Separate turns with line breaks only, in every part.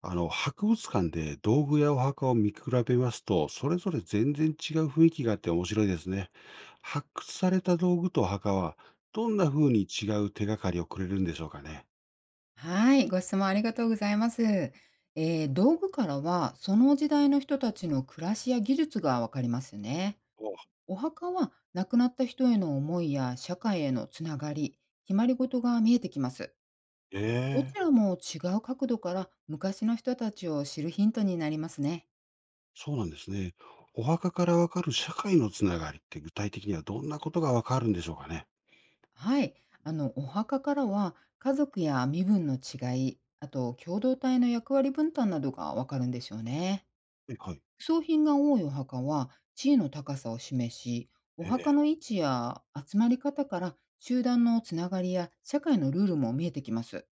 博物館で道具やお墓を見比べますと、それぞれ全然違う雰囲気があって面白いですね。発掘された道具とお墓は、どんな風に違う手がかりをくれるんでしょうかね。
はい、ご質問ありがとうございます。道具からはその時代の人たちの暮らしや技術がわかりますね。
お。
お墓は亡くなった人への思いや社会へのつながり、決まり事が見えてきます。どち
ええ。
らも違う角度から昔の人たちを知るヒントになりますね。
そうなんですね。お墓からわかる社会のつながりって具体的にはどんなことがわかるんでしょうかね。
はい、お墓からは家族や身分の違い、あと共同体の役割分担などがわかるんでしょうね。
はい。
装品が多いお墓は地位の高さを示し、お
え
墓
え。
の位置や集まり方から集団のつながりや社会のルールも見えてきます。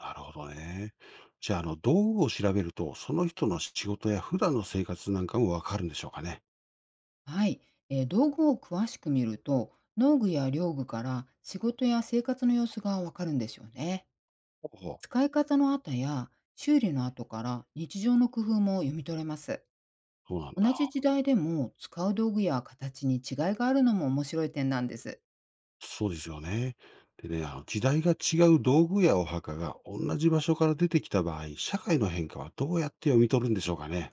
なるほどね。じゃあ、道具を調べると、その人の仕事や普段の生活なんかもわかるんでしょうかね。
はい、道具を詳しく見ると、農具や漁具から仕事や生活の様子がわかるんですよね。
ほうほう。
使い方の後や修理の後から日常の工夫も読み取れます。
そうなんだ。
同じ時代でも使う道具や形に違いがあるのも面白い点なんです。
そうですよね。でね、あの時代が違う道具やお墓が同じ場所から出てきた場合、社会の変化はどうやって読み取るんでしょうかね。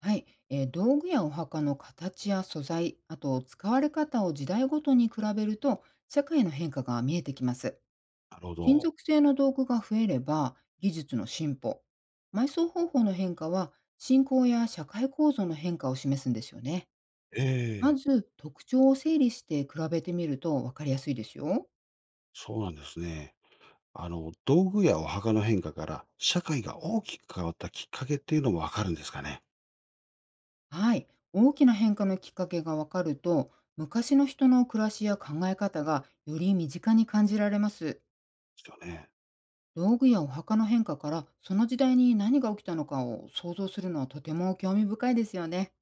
はい、道具やお墓の形や素材、あと使われ方を時代ごとに比べると社会の変化が見えてきます。
なるほ
金
ど。
属製の道具が増えれば技術の進歩、埋葬方法の変化は信仰や社会構造の変化を示すんですよね。ま
ええ。
ず特徴を整理して比べてみると分かりやすいですよ。
そうなんですね。道具やお墓の変化から社会が大きく変わったきっかけっていうのもわかるんですかね。
はい、大きな変化のきっかけが分かると、昔の人の暮らしや考え方がより身近に感じられます。
ですよね。
道具やお墓の変化からその時代に何が起きたのかを想像するのはとても興味深いですよね。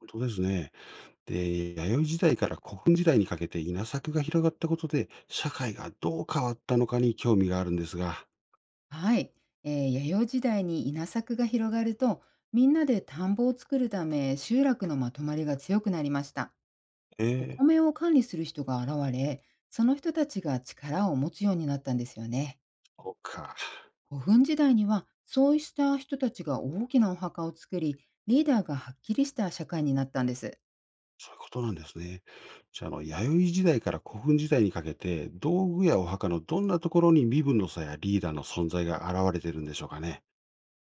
本当ですね。で、弥生時代から古墳時代にかけて稲作が広がったことで、社会がどう変わったのかに興味があるんですが。
はい、弥生時代に稲作が広がると、みんなで田んぼを作るため集落のまとまりが強くなりました。お
ええ。
米を管理する人が現れ、その人たちが力を持つようになったんですよね。
そうか。
古墳時代にはそうした人たちが大きなお墓を作り、リーダーがはっきりした社会になったんです。
そういうことなんですね。じゃあ、弥生時代から古墳時代にかけて、道具やお墓のどんなところに身分の差やリーダーの存在が現れてるんでしょうかね。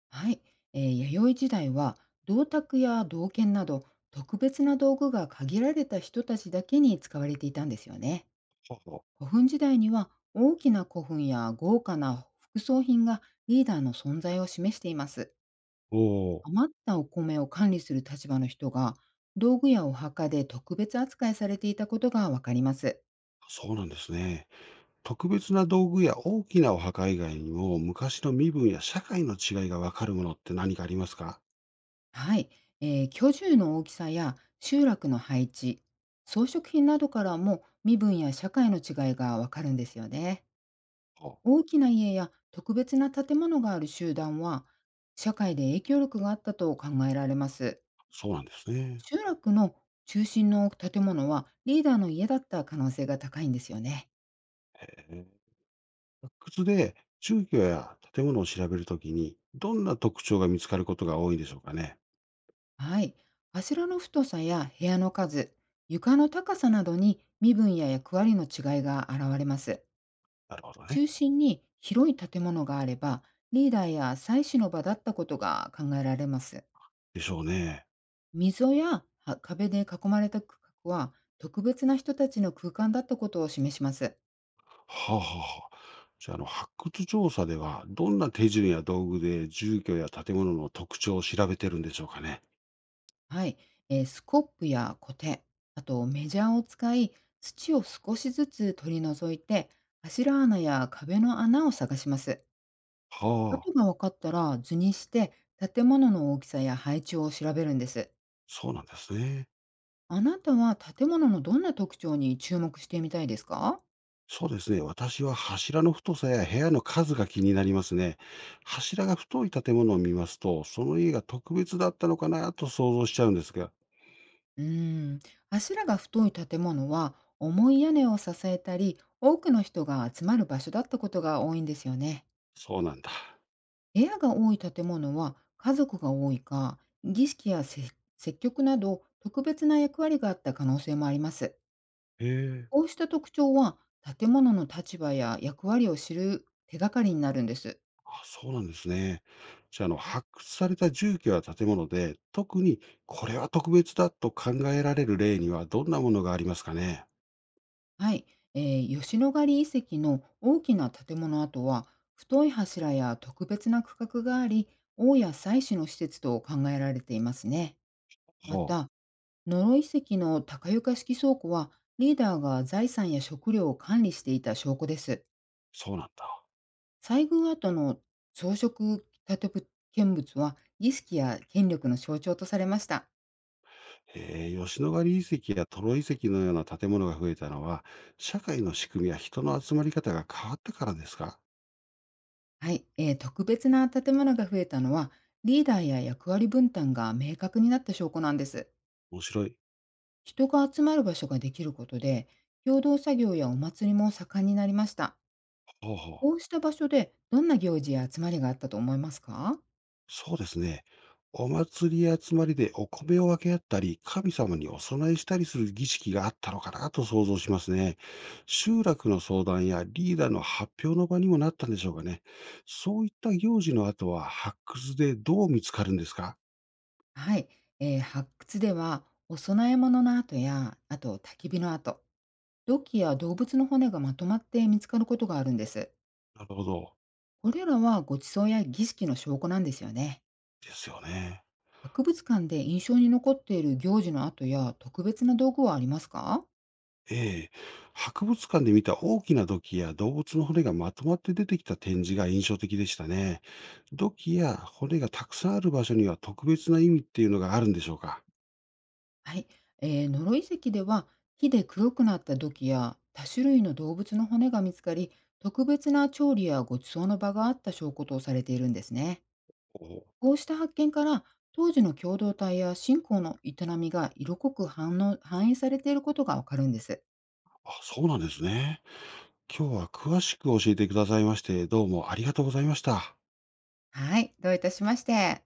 はい、弥生時代は銅鐸や銅剣など特別な道具が限られた人たちだけに使われていたんですよね。
ほうほう。
古墳時代には大きな古墳や豪華な副葬品がリーダーの存在を示しています。
おお、
余ったお米を管理する立場の人が道具やお墓で特別扱いされていたことがわかります。
そうなんですね。特別な道具や大きなお墓以外にも、昔の身分や社会の違いがわかるものって何かありますか。
はい、居住の大きさや集落の配置、装飾品などからも身分や社会の違いがわかるんですよね。
あ、
大きな家や特別な建物がある集団は、社会で影響力があったと考えられます。
そうなんですね。
集落の中心の建物はリーダーの家だった可能性が高いんですよね。
えー発掘で住居や建物を調べるときに、どんな特徴が見つかることが多いんでしょうかね。
はい、柱の太さや部屋の数、床の高さなどに身分や役割の違いが現れます。
なるほどね。
中心に広い建物があれば、リーダーや祭祀の場だったことが考えられます。
でしょうね。
溝やは壁で囲まれた区画は、特別な人たちの空間だったことを示します。
はあはあはあ。じゃあ、発掘調査では、どんな手順や道具で住居や建物の特徴を調べてるんでしょうかね。
はい、スコップやコテ、あとメジャーを使い、土を少しずつ取り除いて、柱穴や壁の穴を探します。
は
跡
あ、
が分かったら図にして、建物の大きさや配置を調べるんです。
そうなんですね。
あなたは建物のどんな特徴に注目してみたいですか？
そうですね。私は柱の太さや部屋の数が気になりますね。柱が太い建物を見ますと、その家が特別だったのかなと想像しちゃうんですが、
うーん、柱が太い建物は重い屋根を支えたり、多くの人が集まる場所だったことが多いんですよね。
そうなんだ。
部屋が多い建物は家族が多いか、儀式やせ接客など特別な役割があった可能性もあります。
へえ。
こうした特徴は建物の立場や役割を知る手がかりになるんです。
あ、そうなんですね。じゃあ、発掘された住居や建物で、特にこれは特別だと考えられる例にはどんなものがありますかね？
はい、吉野ヶ里遺跡の大きな建物跡は太い柱や特別な区画があり、王や祭祀の施設と考えられていますね。ま
ほ
た、
う、
ノロ遺跡の高床式倉庫はリーダーが財産や食料を管理していた証拠です。
そうなんだ。
西宮跡の装飾建物は儀式や権力の象徴とされました。
吉野ヶ里遺跡やトロ遺跡のような建物が増えたのは、社会の仕組みや人の集まり方が変わったからですか？
はい、特別な建物が増えたのはリーダーや役割分担が明確になった証拠なんです。
面白い。
人が集まる場所ができることで、共同作業やお祭りも盛んになりました。
ほうほう。
こうした場所でどんな行事や集まりがあったと思いますか？
そうですね。お祭りや集まりでお米を分け合ったり、神様にお供えしたりする儀式があったのかなと想像しますね。集落の相談やリーダーの発表の場にもなったんでしょうかね。そういった行事の後は発掘でどう見つかるんですか。
はい、発掘ではお供え物の跡や、あと焚き火の跡、土器や動物の骨がまとまって見つかることがあるんです。
なるほど。
これらはご馳走や儀式の証拠なんですよね。
ですよね。
博物館で印象に残っている行事の跡や特別な道具はありますか？
ええ。博物館で見た大きな土器や動物の骨がまとまって出てきた展示が印象的でしたね。土器や骨がたくさんある場所には特別な意味っていうのがあるんでしょうか。
はい、ノロ遺跡では火で黒くなった土器や多種類の動物の骨が見つかり、特別な調理やご馳走の場があった証拠とされているんですね。
おお、
こうした発見から当時の共同体や信仰の営みが色濃く反応反映されていることがわかるんです。
あ、そうなんですね。今日は詳しく教えてくださいまして、どうもありがとうございました。
はい、どういたしまして。